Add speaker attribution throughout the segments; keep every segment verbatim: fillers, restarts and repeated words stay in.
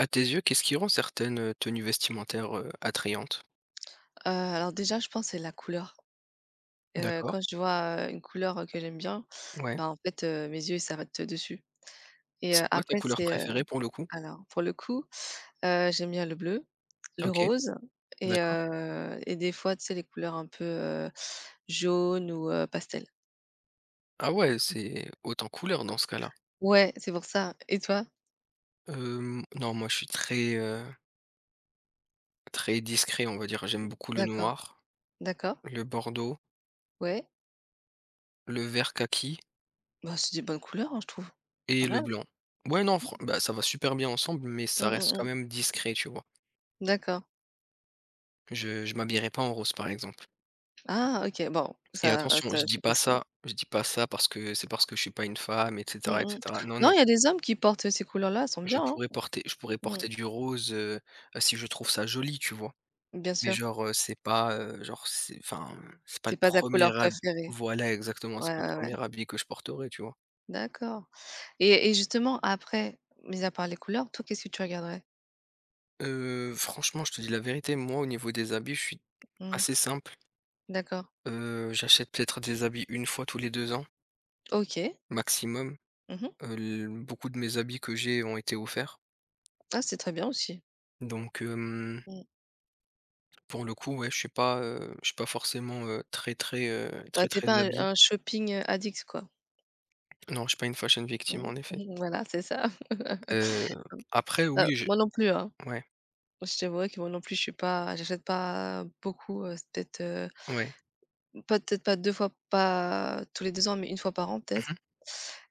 Speaker 1: À tes yeux, qu'est-ce qui rend certaines, heu, tenues vestimentaires, heu, attrayantes?
Speaker 2: Heu, alors déjà, je pense que c'est la couleur. Heu,
Speaker 1: D'accord,
Speaker 2: quand je vois, heu, une couleur, heu, que j'aime bien,
Speaker 1: ouais.
Speaker 2: bah, en fait, heu, mes yeux ils s'arrêtent dessus et heu,
Speaker 1: C'est quoi ta
Speaker 2: après
Speaker 1: couleur
Speaker 2: c'est, heu
Speaker 1: préférée pour le coup?
Speaker 2: alors pour le coup, heu, j'aime bien le bleu, le
Speaker 1: OK,
Speaker 2: rose et
Speaker 1: d'accord.
Speaker 2: heu et des fois, tu sais, les couleurs un peu, heu, jaune ou heu, pastel.
Speaker 1: Ah ouais, c'est autant couleur dans ce cas-là.
Speaker 2: Ouais, c'est pour ça. Et toi?
Speaker 1: Hem, non, moi je suis très, heu, très discret, on va dire. J'aime beaucoup le
Speaker 2: D'accord,
Speaker 1: noir,
Speaker 2: d'accord,
Speaker 1: le bordeaux,
Speaker 2: ouais.
Speaker 1: le vert kaki
Speaker 2: Bah, c'est des bonnes couleurs, hein, je trouve.
Speaker 1: et
Speaker 2: Pas
Speaker 1: le
Speaker 2: mal.
Speaker 1: blanc. Ouais, non, fran bah, ça va super bien ensemble, mais
Speaker 2: Mmh,
Speaker 1: ça reste
Speaker 2: mmh
Speaker 1: quand
Speaker 2: mh.
Speaker 1: même discret, tu vois?
Speaker 2: D'accord.
Speaker 1: Je je m'habillerai pas en rose, par exemple.
Speaker 2: Ah, OK, bon,
Speaker 1: Et
Speaker 2: ça,
Speaker 1: attention, je
Speaker 2: ça
Speaker 1: dis
Speaker 2: c'est
Speaker 1: pas
Speaker 2: possible.
Speaker 1: ça, je dis pas ça parce que c'est parce que je suis pas une femme, et
Speaker 2: Mmh
Speaker 1: cetera, et
Speaker 2: mh.
Speaker 1: cetera. Non,
Speaker 2: Non,
Speaker 1: non.
Speaker 2: il y a des hommes qui portent ces couleurs-là, elles sont
Speaker 1: Je
Speaker 2: bien, hein.
Speaker 1: pourrais porter je pourrais
Speaker 2: Mmh.
Speaker 1: porter du rose, heu, si je trouve ça joli, tu vois?
Speaker 2: Bien
Speaker 1: Mais
Speaker 2: sûr,
Speaker 1: genre, heu, c'est pas, heu, genre c'est, enfin, c'est pas le
Speaker 2: c'est pas ta
Speaker 1: premier
Speaker 2: couleur
Speaker 1: er
Speaker 2: préférée.
Speaker 1: voilà, exactement, c'est
Speaker 2: Ouais,
Speaker 1: pas le
Speaker 2: ouais, ouais.
Speaker 1: premier habit que je porterai, tu vois?
Speaker 2: D'accord. Et et justement après, mis à part les couleurs, toi, qu'est-ce que tu regarderais?
Speaker 1: Heu, franchement, je te dis la vérité, moi, au niveau des habits, je suis
Speaker 2: Mmh.
Speaker 1: assez simple.
Speaker 2: D'accord.
Speaker 1: Heu, j'achète peut-être des habits une fois tous les deux ans
Speaker 2: OK.
Speaker 1: maximum.
Speaker 2: Mmh mh.
Speaker 1: Heu, l Beaucoup de mes habits que j'ai ont été offerts.
Speaker 2: Ah, c'est très bien aussi.
Speaker 1: Donc, hem,
Speaker 2: Mmh.
Speaker 1: pour le coup, ouais, je suis pas, heu, je suis pas forcément, heu, très, très, heu, très,
Speaker 2: Ouais, tu es
Speaker 1: très
Speaker 2: pas un
Speaker 1: habillé.
Speaker 2: un shopping, heu, addict, quoi.
Speaker 1: Non, je suis pas une fashion victime
Speaker 2: Mmh.
Speaker 1: en effet.
Speaker 2: Voilà, c'est ça.
Speaker 1: Heu, Après,
Speaker 2: Heu,
Speaker 1: oui, je
Speaker 2: moi non plus, hein.
Speaker 1: ouais,
Speaker 2: Je t'avouerai que moi non plus, je suis pas j'achète pas beaucoup, heu, c'est peut-être, heu,
Speaker 1: ouais.
Speaker 2: pas peut-être pas deux fois, pas tous les deux ans, mais une fois par an peut-être.
Speaker 1: Mmh mh.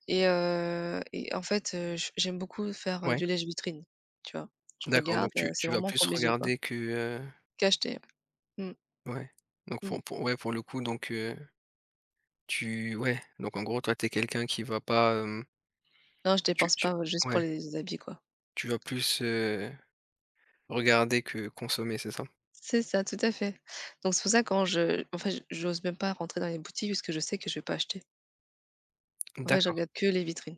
Speaker 2: Et heu et en fait, heu, j j'aime beaucoup faire, heu,
Speaker 1: Ouais,
Speaker 2: du lèche-vitrine, tu vois? Je
Speaker 1: d'accord,
Speaker 2: regarde,
Speaker 1: donc
Speaker 2: heu,
Speaker 1: tu
Speaker 2: c'est
Speaker 1: tu vas
Speaker 2: vraiment
Speaker 1: plus
Speaker 2: pour mes yeux, quoi.
Speaker 1: regarder que, heu
Speaker 2: Qu'acheter. Mmh,
Speaker 1: ouais, donc
Speaker 2: mmh.
Speaker 1: pour pour ouais, pour le coup, donc, heu, tu ouais, donc en gros, toi, tu es quelqu'un qui va pas, hem,
Speaker 2: Non, je
Speaker 1: tu
Speaker 2: dépense
Speaker 1: tu
Speaker 2: pas, heu, juste pour
Speaker 1: ouais,
Speaker 2: les habits, quoi.
Speaker 1: tu vas plus, heu, regarder que consommer, c'est ça?
Speaker 2: C'est ça, tout à fait. Donc c'est pour ça, quand je en fait, j'ose même pas rentrer dans les boutiques parce que je sais que je vais pas acheter. En fait, je
Speaker 1: D'accord,
Speaker 2: regarde que les vitrines.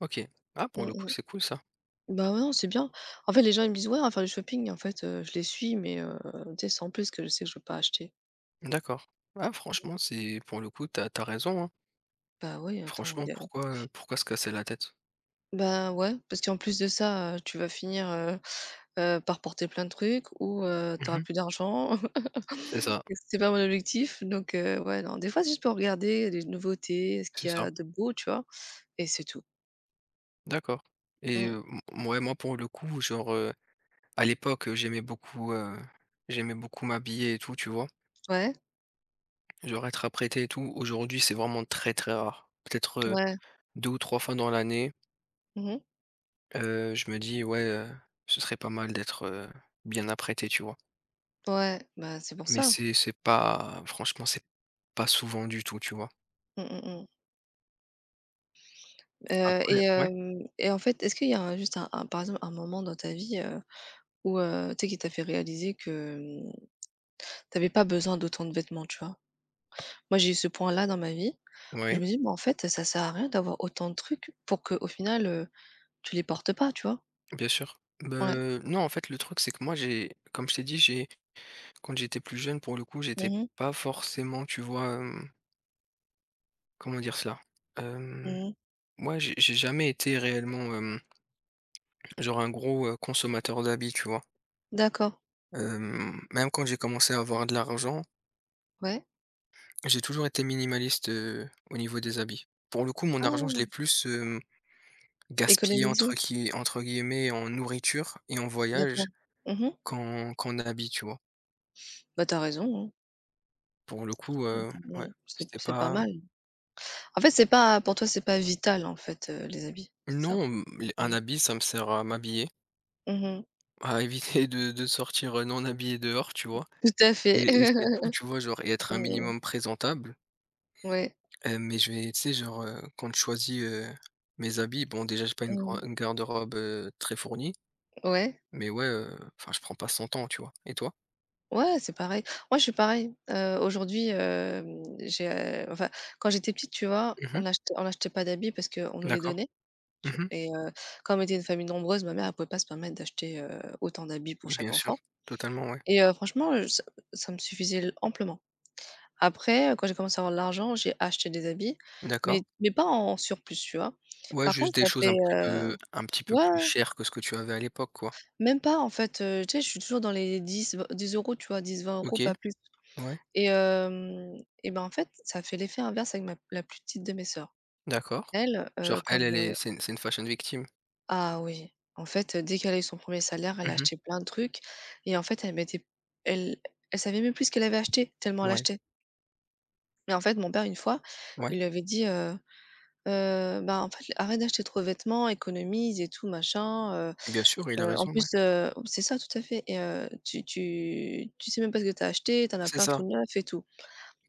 Speaker 1: OK. Ah, pour
Speaker 2: Mmh
Speaker 1: le coup,
Speaker 2: mh.
Speaker 1: c'est cool, ça.
Speaker 2: Bah, ouais, non, c'est bien. En fait, les gens, ils me disent: «Ouais, on va faire du shopping», en fait, heu, je les suis, mais heu, tu sais, sans plus, que je sais que je vais pas acheter.
Speaker 1: D'accord. Ah, franchement, c'est pour le coup, tu as tu as raison, hein.
Speaker 2: Bah, oui, attends.
Speaker 1: Franchement, pourquoi, heu, pourquoi se casser la tête?
Speaker 2: Ben ouais, parce qu'en plus de ça, heu, tu vas finir, heu heu, par porter plein de trucs ou heu, tu
Speaker 1: Mmh mh.
Speaker 2: plus d'argent
Speaker 1: C'est ça,
Speaker 2: et c'est pas mon objectif, donc heu, ouais, non, des fois c'est juste pour regarder les nouveautés, ce
Speaker 1: c'est
Speaker 2: qu'il y
Speaker 1: ça.
Speaker 2: a de beau, tu vois? Et c'est tout.
Speaker 1: D'accord. Et
Speaker 2: Mmh.
Speaker 1: heu, m ouais, moi, pour le coup, genre, heu À l'époque, heu, j'aimais beaucoup, heu, j'aimais beaucoup m'habiller et tout, tu vois?
Speaker 2: Ouais,
Speaker 1: Genre, être apprêté et tout. Aujourd'hui, c'est vraiment très, très rare. Peut-être, heu,
Speaker 2: ouais.
Speaker 1: deux ou trois fois dans l'année,
Speaker 2: Mmh.
Speaker 1: heu, je me dis: «Ouais, heu, ce serait pas mal d'être, heu, bien apprêté», tu vois?
Speaker 2: Ouais, bah, c'est pour
Speaker 1: Mais
Speaker 2: ça.
Speaker 1: c'est c'est pas franchement, c'est pas souvent du tout, tu vois?
Speaker 2: Mmh mh, mmh. Heu
Speaker 1: Après,
Speaker 2: et
Speaker 1: ouais,
Speaker 2: hem et En fait, est-ce qu'il y a un, juste un un par exemple, un moment dans ta vie, heu, où heu, tu sais, qui t'a fait réaliser que, mmh, tu avais pas besoin d'autant de vêtements, tu vois? Moi, j'ai eu ce point-là dans ma vie, où je
Speaker 1: ouais,
Speaker 2: me dis: «Bah, en fait, ça sert à rien d'avoir autant de trucs pour que au final, heu, tu les portes pas», tu vois?
Speaker 1: bien sûr.
Speaker 2: Ouais.
Speaker 1: Beh, non, en fait, le truc, c'est que, moi, j'ai comme je t'ai dit, j'ai quand j'étais plus jeune, pour le coup, j'étais
Speaker 2: Mmh mh.
Speaker 1: pas forcément, tu vois, hem, comment dire cela?
Speaker 2: Mmh.
Speaker 1: Moi, j'ai j'ai jamais été réellement, hem, genre un gros, heu, consommateur d'habits, tu vois?
Speaker 2: D'accord.
Speaker 1: Hem, même quand j'ai commencé à avoir de l'argent,
Speaker 2: Ouais.
Speaker 1: j'ai toujours été minimaliste, heu, au niveau des habits. Pour le coup, mon argent, je
Speaker 2: Ah!
Speaker 1: l'ai plus, hem, gaspillé
Speaker 2: Économiser.
Speaker 1: entre qui entre guillemets en nourriture et en voyage
Speaker 2: D'accord. Mhm.
Speaker 1: qu'en qu'en habits, tu vois?
Speaker 2: Bah, t'as raison, hein.
Speaker 1: Pour le coup,
Speaker 2: Mmh,
Speaker 1: heu, ouais,
Speaker 2: mmh. C'est
Speaker 1: c'était
Speaker 2: c'est pas
Speaker 1: pas.
Speaker 2: mal. En fait, c'est pas pour toi, c'est pas vital, en fait, heu, les habits, c'est ça?
Speaker 1: Non, mmh, les un
Speaker 2: Mhm.
Speaker 1: habit, ça me sert à m'habiller,
Speaker 2: Mmh.
Speaker 1: à éviter de de sortir, heu, non habillé, dehors, tu vois?
Speaker 2: Tout à fait.
Speaker 1: Et et c'est tout, tu vois? Genre, et être un
Speaker 2: Mmh.
Speaker 1: minimum présentable.
Speaker 2: Ouais.
Speaker 1: Heu, mais je vais tu sais, genre, heu, quand je choisis, heu, mes habits, bon, déjà j'ai pas une gran
Speaker 2: Mmh.
Speaker 1: une garde-robe, heu, très fournie,
Speaker 2: Ouais.
Speaker 1: mais ouais, heu, enfin, je prends pas cent temps, tu vois? Et toi?
Speaker 2: Ouais, c'est pareil. Moi, je suis pareil. Heu, aujourd'hui, hem, j'ai, heu, enfin, quand j'étais petite, tu vois,
Speaker 1: Mmh.
Speaker 2: on achetait on achetait pas d'habits parce qu'on nous les
Speaker 1: D'accord.
Speaker 2: donnait, tu
Speaker 1: Mmh.
Speaker 2: et heu, comme on était une famille nombreuse, ma mère ne pouvait pas se permettre d'acheter, heu, autant d'habits pour
Speaker 1: Bien
Speaker 2: chaque
Speaker 1: sûr,
Speaker 2: enfant
Speaker 1: totalement, ouais.
Speaker 2: et heu, franchement, heu, ça ça me suffisait l amplement. Après, heu, quand j'ai commencé à avoir de l'argent, j'ai acheté des habits,
Speaker 1: D'accord.
Speaker 2: mais mais pas en surplus, tu vois?
Speaker 1: Ouais,
Speaker 2: Par contre,
Speaker 1: juste des
Speaker 2: ça
Speaker 1: choses
Speaker 2: fait,
Speaker 1: un petit
Speaker 2: heu
Speaker 1: peu un petit peu
Speaker 2: ouais,
Speaker 1: plus chères que ce que tu avais à l'époque, quoi.
Speaker 2: même pas en fait, heu, tu sais, je suis toujours dans les dix, vingt dix euros €, tu vois? Dix vingt euros,
Speaker 1: OK,
Speaker 2: pas plus.
Speaker 1: ouais,
Speaker 2: Et hem et ben, en fait, ça fait l'effet inverse avec ma la plus petite de mes sœurs.
Speaker 1: d'accord.
Speaker 2: Elle,
Speaker 1: Genre,
Speaker 2: heu,
Speaker 1: elle,
Speaker 2: comme,
Speaker 1: elle est,
Speaker 2: heu
Speaker 1: c'est une c'est une fashion victim.
Speaker 2: ah oui, en fait, euh, dès qu'elle a eu son premier salaire, elle a
Speaker 1: Mmh.
Speaker 2: acheté plein de trucs et en fait, elle mettait elle elle savait même plus ce qu'elle avait acheté, tellement elle
Speaker 1: Ouais,
Speaker 2: achetait. Mais en fait, mon père, une fois,
Speaker 1: ouais,
Speaker 2: il lui avait dit, heu: «Heu, bah, en fait, arrête d'acheter trop de vêtements, économise et tout machin, heu
Speaker 1: bien sûr, il
Speaker 2: heu,
Speaker 1: a
Speaker 2: en
Speaker 1: raison, ouais.
Speaker 2: plus, heu» c'est ça, tout à fait. Et heu: «Tu tu tu sais même pas ce que t'as acheté, t'en as
Speaker 1: C'est
Speaker 2: plein tout
Speaker 1: ça.
Speaker 2: neuf et tout»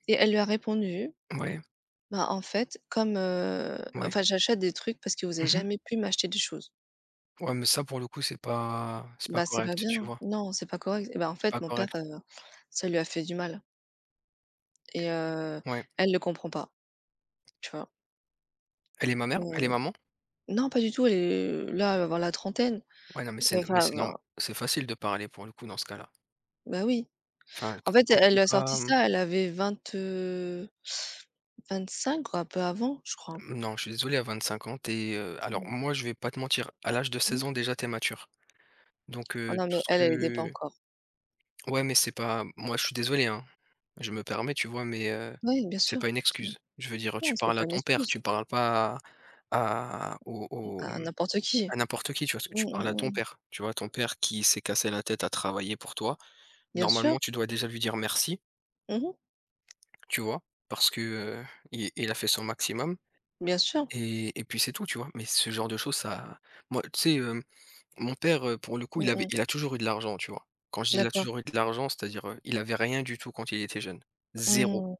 Speaker 2: et elle lui a répondu:
Speaker 1: Ouais,
Speaker 2: Bah, en fait, comme, heu,
Speaker 1: ouais.
Speaker 2: enfin, j'achète des trucs parce que vous avez
Speaker 1: Mmh.
Speaker 2: jamais pu m'acheter des choses.
Speaker 1: Ouais, mais ça, pour le coup, c'est pas c'est pas
Speaker 2: Bah, c'est pas
Speaker 1: correct,
Speaker 2: bien.
Speaker 1: tu vois?
Speaker 2: Non, c'est pas correct et bah, en
Speaker 1: C'est
Speaker 2: fait,
Speaker 1: pas
Speaker 2: mon père,
Speaker 1: correct.
Speaker 2: heu, ça lui a fait du mal et heu,
Speaker 1: Ouais.
Speaker 2: elle le comprend pas, tu vois?
Speaker 1: Elle est Ma mère, elle est
Speaker 2: Heu,
Speaker 1: maman?
Speaker 2: non, pas du tout, elle est là, elle va avoir la trentaine.
Speaker 1: Ouais, non, mais c'est mais
Speaker 2: Enfin,
Speaker 1: c'est norm
Speaker 2: bah
Speaker 1: c'est facile de parler pour le coup dans ce cas-là.
Speaker 2: bah, oui.
Speaker 1: Enfin,
Speaker 2: En
Speaker 1: que
Speaker 2: fait,
Speaker 1: tant que tu
Speaker 2: elle a
Speaker 1: pas,
Speaker 2: sorti
Speaker 1: mmh,
Speaker 2: ça, elle avait vingt, vingt cinq ou un peu avant, je crois.
Speaker 1: non, je suis désolé, à vingt-cinq ans, t'es. es, alors,
Speaker 2: Mmh.
Speaker 1: moi, je vais pas te mentir, à l'âge de seize ans, déjà, t'es mature. Donc,
Speaker 2: Ah
Speaker 1: heu,
Speaker 2: non,
Speaker 1: tout
Speaker 2: mais
Speaker 1: ce
Speaker 2: elle, elle était pas
Speaker 1: que
Speaker 2: encore.
Speaker 1: ouais, mais c'est pas moi, je suis désolé, hein. Je me permets, tu vois? Mais, heu,
Speaker 2: Oui, bien
Speaker 1: c'est
Speaker 2: sûr,
Speaker 1: pas une
Speaker 2: tu vois?
Speaker 1: excuse. Je veux dire, tu
Speaker 2: Non, c'est
Speaker 1: parles à
Speaker 2: pas une
Speaker 1: ton père,
Speaker 2: excuse
Speaker 1: tu parles pas à à au au,
Speaker 2: à
Speaker 1: mmh,
Speaker 2: n'importe qui.
Speaker 1: à n'importe qui, tu vois? Ce que
Speaker 2: Mmh,
Speaker 1: tu parles à
Speaker 2: mmh
Speaker 1: ton
Speaker 2: mh.
Speaker 1: père, tu vois? Ton père qui s'est cassé la tête à travailler pour toi,
Speaker 2: Bien
Speaker 1: normalement,
Speaker 2: sûr.
Speaker 1: tu dois déjà lui dire merci.
Speaker 2: Mmh.
Speaker 1: Tu vois? Parce que, heu, il il a fait son maximum,
Speaker 2: Bien sûr.
Speaker 1: et et puis c'est tout, tu vois? Mais ce genre de choses, ça moi, tu sais, hem, mon père, heu, pour le coup, il
Speaker 2: Mmh
Speaker 1: avait
Speaker 2: mh.
Speaker 1: il a toujours eu de l'argent, tu vois? Quand je dis: «Il a
Speaker 2: D'accord.
Speaker 1: toujours eu de l'argent», c'est-à-dire, heu, il avait rien du tout quand il était jeune. Zéro,
Speaker 2: Mmh.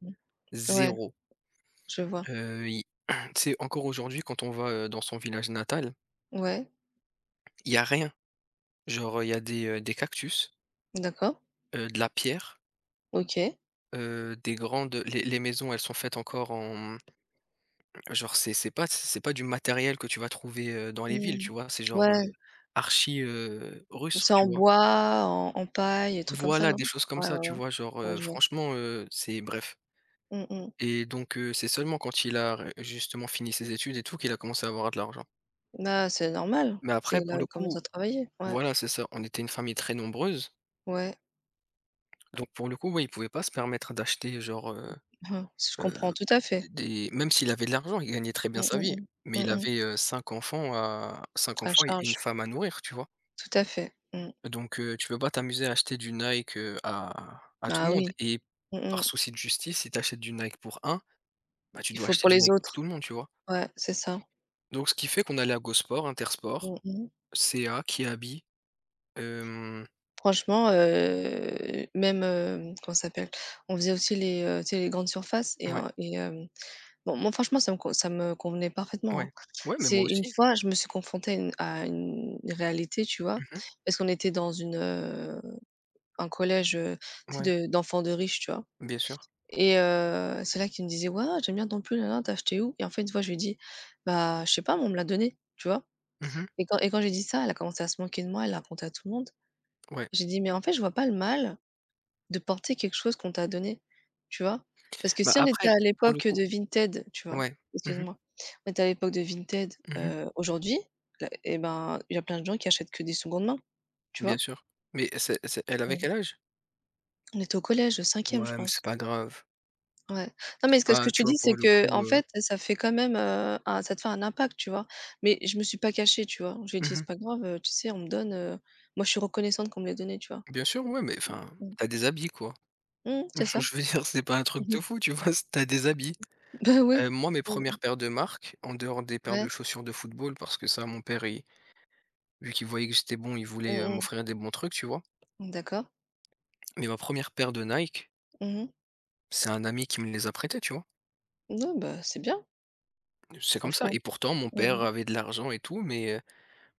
Speaker 2: Ouais,
Speaker 1: zéro. 0.
Speaker 2: je vois.
Speaker 1: Il Tu sais, encore aujourd'hui, quand on va, heu, dans son village natal,
Speaker 2: Ouais,
Speaker 1: il y a rien. Genre, il y a des, heu, des cactus,
Speaker 2: d'accord.
Speaker 1: heu, de la pierre,
Speaker 2: OK.
Speaker 1: heu, des grandes les les maisons, elles sont faites encore en... Genre, c'est c'est pas c'est pas du matériel que tu vas trouver, heu, dans les villes,
Speaker 2: Mmh.
Speaker 1: tu vois? C'est genre,
Speaker 2: Ouais,
Speaker 1: heu, archi, heu, russe,
Speaker 2: c'est
Speaker 1: tu
Speaker 2: en
Speaker 1: vois?
Speaker 2: bois, en en paille et trucs comme ça,
Speaker 1: Voilà,
Speaker 2: non?
Speaker 1: des choses comme
Speaker 2: Ouais,
Speaker 1: ça,
Speaker 2: ouais,
Speaker 1: tu
Speaker 2: ouais.
Speaker 1: vois? Genre,
Speaker 2: Ouais,
Speaker 1: heu,
Speaker 2: je vois.
Speaker 1: franchement, heu, c'est bref.
Speaker 2: Mmh mh.
Speaker 1: Et donc, heu, c'est seulement quand il a ré justement fini ses études et tout qu'il a commencé à avoir de l'argent.
Speaker 2: Bah, c'est normal.
Speaker 1: Mais
Speaker 2: C'est
Speaker 1: après, pour
Speaker 2: là où
Speaker 1: le
Speaker 2: ils commencent
Speaker 1: coup,
Speaker 2: à travailler. Ouais,
Speaker 1: voilà, c'est ça, on était une famille très nombreuse,
Speaker 2: ouais.
Speaker 1: donc, pour le coup, ouais, il pouvait pas se permettre d'acheter, genre, heu
Speaker 2: Hein, je
Speaker 1: heu,
Speaker 2: comprends tout à fait.
Speaker 1: des même s'il avait de l'argent, il gagnait très bien
Speaker 2: Mmh,
Speaker 1: sa
Speaker 2: mmh
Speaker 1: vie,
Speaker 2: mh.
Speaker 1: mais il
Speaker 2: Mmh mh.
Speaker 1: avait, heu, cinq enfants à cinq
Speaker 2: À
Speaker 1: enfants et une
Speaker 2: charge.
Speaker 1: femme à nourrir, tu vois?
Speaker 2: Tout à fait. Mmh.
Speaker 1: Donc, heu, tu peux pas t'amuser à acheter du Nike, heu, à à tout le
Speaker 2: Ah
Speaker 1: monde,
Speaker 2: oui.
Speaker 1: et
Speaker 2: Mmh
Speaker 1: par
Speaker 2: mh.
Speaker 1: souci de justice, si tu achètes du Nike pour un bah, tu
Speaker 2: Il
Speaker 1: dois
Speaker 2: faut
Speaker 1: acheter
Speaker 2: pour
Speaker 1: du
Speaker 2: les
Speaker 1: Nike pour
Speaker 2: autres.
Speaker 1: tout le monde, tu vois?
Speaker 2: Ouais, c'est ça.
Speaker 1: Donc, ce qui fait qu'on allait à Go Sport,
Speaker 2: Mmh mh.
Speaker 1: C A Kiabi, hem,
Speaker 2: Franchement, heu, même, hem, comment ça s'appelle? On faisait aussi les, heu, tu sais, les grandes surfaces et
Speaker 1: ouais,
Speaker 2: un et hem, bon, moi, franchement, ça me con ça me convenait parfaitement,
Speaker 1: ouais.
Speaker 2: hein.
Speaker 1: Ouais, mais
Speaker 2: C'est
Speaker 1: moi
Speaker 2: une
Speaker 1: aussi.
Speaker 2: fois, je me suis confrontée à une à une réalité, tu vois?
Speaker 1: Mmh.
Speaker 2: Parce qu'on était dans une, heu, un collège, heu, tu sais,
Speaker 1: Ouais,
Speaker 2: de d'enfants de riches, tu vois?
Speaker 1: bien sûr.
Speaker 2: Et heu, c'est là qu'il me disait: «Ouais, ouais, j'aime bien ton pull, nanana, tu as acheté où?» et en fait, une fois, je lui ai dit: «Bah, je sais pas, moi, on me l'a donné», tu vois?
Speaker 1: Mmh.
Speaker 2: Et quand et quand j'ai dit ça, elle a commencé à se moquer de moi, elle l'a raconté à tout le monde.
Speaker 1: Ouais.
Speaker 2: J'ai dit: «Mais en fait, je vois pas le mal». De porter quelque chose qu'on t'a donné, tu vois? Parce que
Speaker 1: Bah,
Speaker 2: si on était
Speaker 1: après,
Speaker 2: à
Speaker 1: pour le
Speaker 2: l'époque
Speaker 1: coup,
Speaker 2: de Vinted, tu vois?
Speaker 1: ouais. Mmh mh.
Speaker 2: Excuse-moi, on était à l'époque de Vinted,
Speaker 1: Mmh.
Speaker 2: heu, aujourd'hui, là et ben, il y a plein de gens qui achètent que des secondes mains, tu
Speaker 1: Bien
Speaker 2: vois?
Speaker 1: sûr. Mais c'est c'est elle avait
Speaker 2: Mmh.
Speaker 1: quel âge?
Speaker 2: On était au collège, au cinquième je
Speaker 1: Ouais, mais c'est
Speaker 2: pense.
Speaker 1: pas grave.
Speaker 2: Ouais. Non, mais
Speaker 1: C'est
Speaker 2: ce que ce que
Speaker 1: pas,
Speaker 2: je te
Speaker 1: tu vois,
Speaker 2: dis, c'est
Speaker 1: pour le
Speaker 2: que
Speaker 1: coup,
Speaker 2: en
Speaker 1: heu
Speaker 2: fait, ça fait quand même, heu, un ça te fait un impact, tu vois? Mais je me suis pas cachée, tu vois? Je lui ai dit:
Speaker 1: mmh
Speaker 2: «C'est pas grave, heu, tu sais, on me donne, heu, moi, je suis reconnaissante qu'on me l'ait donné», tu vois?
Speaker 1: Bien sûr, ouais, mais enfin,
Speaker 2: Mmh.
Speaker 1: t'as des habits, quoi.
Speaker 2: Mmh, c'est ça.
Speaker 1: Je veux dire, c'est pas un truc
Speaker 2: Mmh.
Speaker 1: de fou, tu vois? Si tu des habits.
Speaker 2: Bah, oui.
Speaker 1: Heu, moi, mes
Speaker 2: Mmh,
Speaker 1: premières paires de marques, en dehors des paires de
Speaker 2: ouais.
Speaker 1: chaussures de football, parce que ça, mon père, il vu qu'il voyait que j'étais bon, il voulait,
Speaker 2: Mmh
Speaker 1: heu,
Speaker 2: mh.
Speaker 1: m'offrir des bons trucs, tu vois?
Speaker 2: D'accord.
Speaker 1: Mais ma première paire de Nike,
Speaker 2: Mmh mh.
Speaker 1: c'est un ami qui me les a prêtés, tu vois?
Speaker 2: Non, bah, c'est bien,
Speaker 1: C'est comme ça,
Speaker 2: franchement.
Speaker 1: et pourtant, mon
Speaker 2: Mmh
Speaker 1: père
Speaker 2: mh.
Speaker 1: avait de l'argent et tout, mais, heu,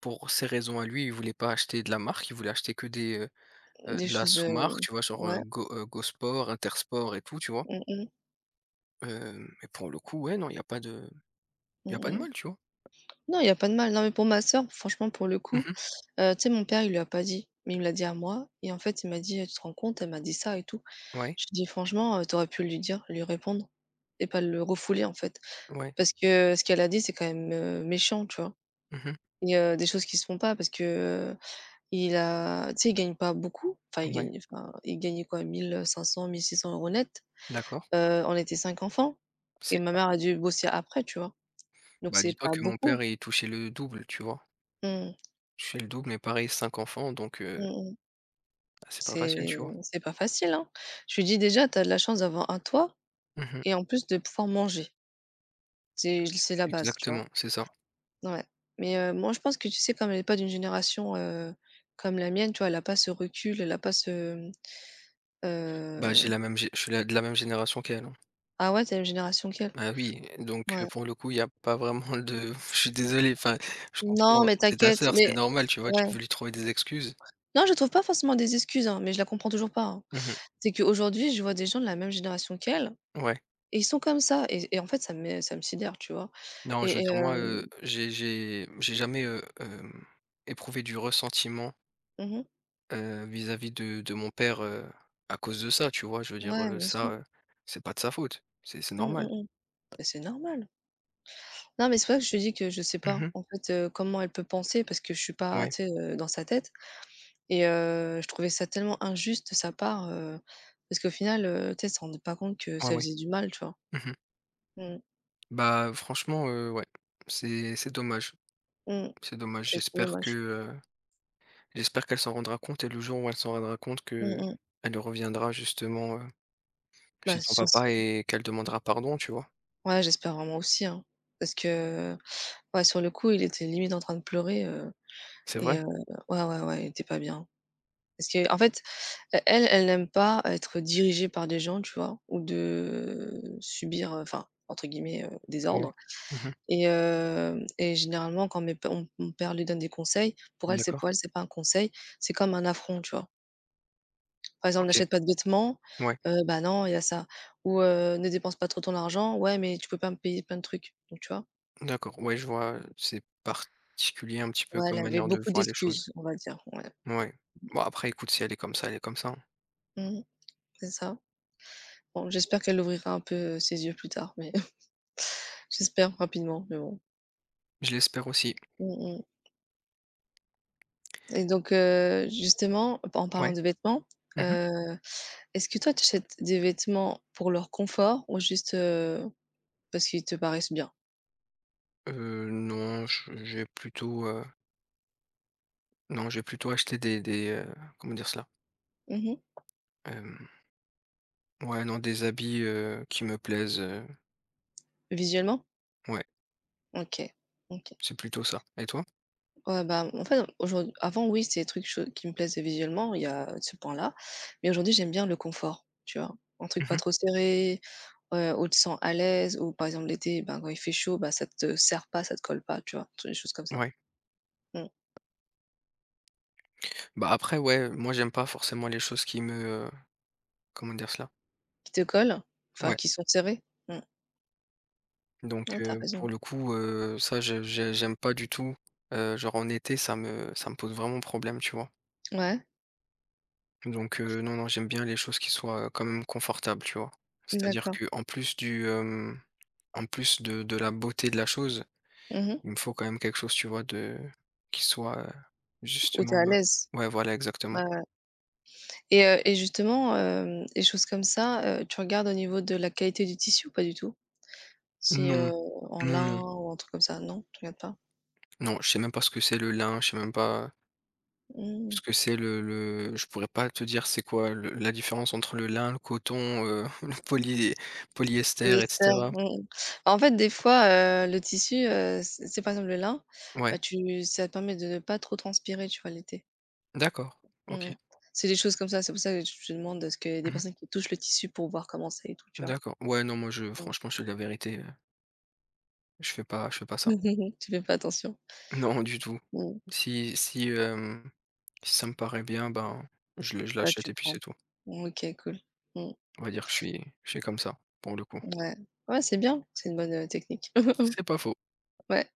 Speaker 1: pour ses raisons à lui, il voulait pas acheter de la marque, il voulait acheter que des, heu heu,
Speaker 2: Des
Speaker 1: de la
Speaker 2: choses,
Speaker 1: sous-marque,
Speaker 2: heu,
Speaker 1: tu vois? Genre, heu,
Speaker 2: ouais.
Speaker 1: Go heu, Go Sport, Intersport et tout, tu vois?
Speaker 2: Mmh mh.
Speaker 1: Hem, mais, pour le coup, ouais, non, il y a pas de y a pas de
Speaker 2: Mmh mh.
Speaker 1: mal, tu vois?
Speaker 2: Non, il y a pas de mal. Non, mais pour ma sœur, franchement, pour le coup,
Speaker 1: Mmh.
Speaker 2: heu, tu sais, mon père, il lui a pas dit, mais il me l'a dit à moi et en fait, il m'a dit: «Eh, «Tu te rends compte, elle m'a dit ça et tout».
Speaker 1: Ouais,
Speaker 2: Je lui ai dit: «Franchement, heu, tu aurais pu lui dire, lui répondre et pas le refouler, en fait».
Speaker 1: ouais.
Speaker 2: Parce que ce qu'elle a dit, c'est quand même, heu, méchant, tu vois?
Speaker 1: Mmh.
Speaker 2: Et heu, des choses qui se font pas parce que, heu, il a tu sais, il gagne pas beaucoup. Enfin, il
Speaker 1: Ouais,
Speaker 2: gagne enfin, il gagnait quoi? mille cinq cents-mille six cents euros net.
Speaker 1: d'accord.
Speaker 2: Heu, on était cinq enfants et
Speaker 1: C'est
Speaker 2: ma mère a dû bosser après, tu vois? Donc
Speaker 1: Bah,
Speaker 2: c'est
Speaker 1: dis-toi
Speaker 2: pas
Speaker 1: que mon
Speaker 2: beaucoup.
Speaker 1: père, il touchait le double, tu vois?
Speaker 2: Mmh.
Speaker 1: Je touchait le double, mais pareil, cinq enfants, donc, heu,
Speaker 2: Mmh mh.
Speaker 1: c'est pas facile,
Speaker 2: C'est
Speaker 1: tu vois?
Speaker 2: c'est pas facile, hein. Je lui dis: «Déjà, tu as de la chance d'avoir un toit et
Speaker 1: Mmh.
Speaker 2: en plus de pouvoir manger». C'est c'est la base, tu vois?
Speaker 1: Exactement, c'est ça.
Speaker 2: Ouais. Mais heu, moi, je pense que, tu sais, comme elle est pas d'une génération, heu, comme la mienne, tu vois, elle a pas ce recul, elle a pas ce,
Speaker 1: Bah, j'ai
Speaker 2: heu
Speaker 1: la même gé je suis la de la même génération qu'elle, hein.
Speaker 2: ah ouais, tu es la même génération qu'elle?
Speaker 1: Ah oui, donc, heu,
Speaker 2: Ouais.
Speaker 1: pour le coup, il y a pas vraiment de... Je suis désolé, enfin, je
Speaker 2: Non,
Speaker 1: comprends,
Speaker 2: mais
Speaker 1: c'est ta
Speaker 2: t'inquiète,
Speaker 1: sœur, c'est
Speaker 2: mais
Speaker 1: normal, tu vois?
Speaker 2: ouais.
Speaker 1: Tu veux lui trouver des excuses.
Speaker 2: Non, je trouve pas forcément des excuses, hein, mais je la comprends toujours pas, hein.
Speaker 1: Mmh.
Speaker 2: C'est qu'aujourd'hui, je vois des gens de la même génération qu'elle.
Speaker 1: Ouais.
Speaker 2: Et ils sont comme ça et et en fait ça me ça me sidère, tu vois?
Speaker 1: Non, je veux
Speaker 2: Et et
Speaker 1: dire, moi, heu,
Speaker 2: hem
Speaker 1: j'ai j'ai j'ai jamais, heu, hem, éprouvé du ressentiment.
Speaker 2: Mmh mh.
Speaker 1: Heu, vis-à-vis de de mon père, heu, à cause de ça, tu vois? Je veux dire,
Speaker 2: Ouais,
Speaker 1: heu,
Speaker 2: bien
Speaker 1: ça,
Speaker 2: sûr.
Speaker 1: heu, c'est pas de sa faute, c'est c'est
Speaker 2: Mmh,
Speaker 1: normal.
Speaker 2: mmh mh. Bah, c'est normal. Non, mais c'est pour ça que je te dis que je sais pas,
Speaker 1: Mmh.
Speaker 2: en fait, heu, comment elle peut penser parce que je suis pas,
Speaker 1: Ouais,
Speaker 2: tu sais, heu, dans sa tête et heu, je trouvais ça tellement injuste de sa part, heu, parce qu'au final, heu, tu sais, elle se rendait pas compte que
Speaker 1: ouais,
Speaker 2: ça
Speaker 1: ouais.
Speaker 2: faisait du mal, tu vois?
Speaker 1: Mmh.
Speaker 2: Mmh,
Speaker 1: Bah, franchement, heu, ouais, c'est c'est dommage,
Speaker 2: mmh.
Speaker 1: c'est dommage.
Speaker 2: C'est trop
Speaker 1: J'espère que,
Speaker 2: dommage.
Speaker 1: heu, j'espère qu'elle s'en rendra compte, et le jour où elle s'en rendra compte,
Speaker 2: Mmh
Speaker 1: que
Speaker 2: mh.
Speaker 1: elle reviendra justement, heu, chez
Speaker 2: Bah,
Speaker 1: ton
Speaker 2: sur
Speaker 1: papa,
Speaker 2: ce,
Speaker 1: et qu'elle demandera pardon, tu vois?
Speaker 2: ouais, j'espère vraiment aussi, hein, parce que ouais, sur le coup, il était limite en train de pleurer, heu
Speaker 1: C'est
Speaker 2: et
Speaker 1: vrai?
Speaker 2: heu ouais, ouais, ouais, il était pas bien. Parce que en fait, e elle, elle n'aime pas être dirigée par des gens, tu vois? Ou de subir, heu, enfin, entre guillemets, heu, «des
Speaker 1: Ouais.
Speaker 2: ordres»
Speaker 1: Mmh.
Speaker 2: et heu et généralement quand mes pa on mon père lui donne des conseils, pour elle, c'est
Speaker 1: D'accord,
Speaker 2: pour elle, c'est pas un conseil, c'est comme un affront, tu vois? Par exemple:
Speaker 1: OK.
Speaker 2: «N'achète pas de vêtements»,
Speaker 1: Ouais,
Speaker 2: heu, «Bah, non, il y a ça» ou heu: «Ne dépense pas trop ton argent», «Ouais, mais tu peux pas me payer plein de trucs», donc tu vois?
Speaker 1: d'accord, ouais, je vois, c'est particulier un petit peu
Speaker 2: Ouais, elle
Speaker 1: comme
Speaker 2: avait
Speaker 1: manière de
Speaker 2: beaucoup
Speaker 1: voir les choses.
Speaker 2: d'excuses, on va dire, ouais.
Speaker 1: Ouais. Bon, après, écoute, si elle est comme ça, elle est comme ça, hein.
Speaker 2: Mmh, c'est ça. Bon, j'espère qu'elle ouvrira un peu euh, ses yeux plus tard, mais j'espère rapidement, mais bon.
Speaker 1: Je l'espère aussi.
Speaker 2: Mmh mh. Et donc heu, justement, en
Speaker 1: Ouais.
Speaker 2: parlant de vêtements,
Speaker 1: Mmh mh.
Speaker 2: heu, est-ce que toi, tu achètes des vêtements pour leur confort ou juste, heu, parce qu'ils te paraissent bien?
Speaker 1: Non, je j'ai plutôt, heu, non, j'ai plutôt acheté des des, heu, comment dire cela?
Speaker 2: Mmh mh.
Speaker 1: Hem, ouais, non, des habits, heu, qui me plaisent, heu,
Speaker 2: Visuellement?
Speaker 1: ouais,
Speaker 2: OK, OK.
Speaker 1: c'est plutôt ça. Et toi?
Speaker 2: Ouais, bah, en fait, aujourd'hui avant, oui, c'est des trucs cho qui me plaisent visuellement, il y a ce point-là, mais aujourd'hui, j'aime bien le confort, tu vois? Un truc pas
Speaker 1: Mmh.
Speaker 2: trop serré, heu, où tu te sens à l'aise, ou par exemple, l'été, ben, quand il fait chaud, bah, ça te serre pas, ça te colle pas, tu vois? Tu vois, des choses comme ça.
Speaker 1: Ouais.
Speaker 2: Mmh.
Speaker 1: Bah, après, ouais, moi, j'aime pas forcément les choses qui me, heu, comment dire cela?
Speaker 2: Qui te collent, enfin
Speaker 1: Ouais.
Speaker 2: qui sont serrés. Mmh.
Speaker 1: Donc,
Speaker 2: Ah, tu as
Speaker 1: heu,
Speaker 2: raison.
Speaker 1: pour le coup, heu, ça, je j'ai j'aime pas du tout. Heu, genre, en été, ça me ça me pose vraiment problème, tu vois?
Speaker 2: Ouais,
Speaker 1: Donc, heu, non, non, j'aime bien les choses qui soient quand même confortables, tu vois? C'est-à-dire
Speaker 2: d'accord.
Speaker 1: que en plus du, hem, en plus de de la beauté de la chose,
Speaker 2: Mmh mh.
Speaker 1: il me faut quand même quelque chose, tu vois, de qui soit, heu,
Speaker 2: Où tu
Speaker 1: justement,
Speaker 2: es à
Speaker 1: heu
Speaker 2: l'aise.
Speaker 1: ouais, voilà, exactement.
Speaker 2: Ouais, ouais. Et heu et justement, hem, les choses comme ça, heu, tu regardes au niveau de la qualité du tissu ou pas du tout? Si,
Speaker 1: Non,
Speaker 2: heu, en
Speaker 1: non,
Speaker 2: lin
Speaker 1: non,
Speaker 2: ou un truc comme ça, non? Tu regardes pas?
Speaker 1: non, je sais même pas ce que c'est le lin, je sais même pas
Speaker 2: Mmh.
Speaker 1: ce que c'est le le je pourrais pas te dire c'est quoi le la différence entre le lin, le coton, heu, le poly polyester, et
Speaker 2: Polyester,
Speaker 1: cetera.
Speaker 2: mmh mh. En fait, des fois, heu, le tissu, heu, c'est c'est par exemple le lin,
Speaker 1: Ouais,
Speaker 2: bah, tu ça te permet de ne pas trop transpirer, tu vois, l'été.
Speaker 1: d'accord,
Speaker 2: Mmh
Speaker 1: OK.
Speaker 2: mh. C'est des choses comme ça, c'est pour ça que je te demande, est-ce qu'il y a des
Speaker 1: Mmh.
Speaker 2: personnes qui touchent le tissu pour voir comment c'est et tout, tu vois?
Speaker 1: D'accord. Ouais, non, moi je
Speaker 2: Mmh.
Speaker 1: franchement, je te dis la vérité. Je fais pas je fais pas ça.
Speaker 2: Tu fais pas attention?
Speaker 1: Non, du tout.
Speaker 2: Mmh.
Speaker 1: Si si, hem, Si ça me paraît bien, ben, je le je
Speaker 2: Bah,
Speaker 1: l'achète,
Speaker 2: tu
Speaker 1: et puis c'est
Speaker 2: prends.
Speaker 1: tout.
Speaker 2: Mmh, OK, cool. Mmh,
Speaker 1: On va dire que je suis je suis comme ça, pour le coup.
Speaker 2: ouais. Ouais, c'est bien, c'est une bonne, heu, technique.
Speaker 1: C'est pas faux.
Speaker 2: Ouais.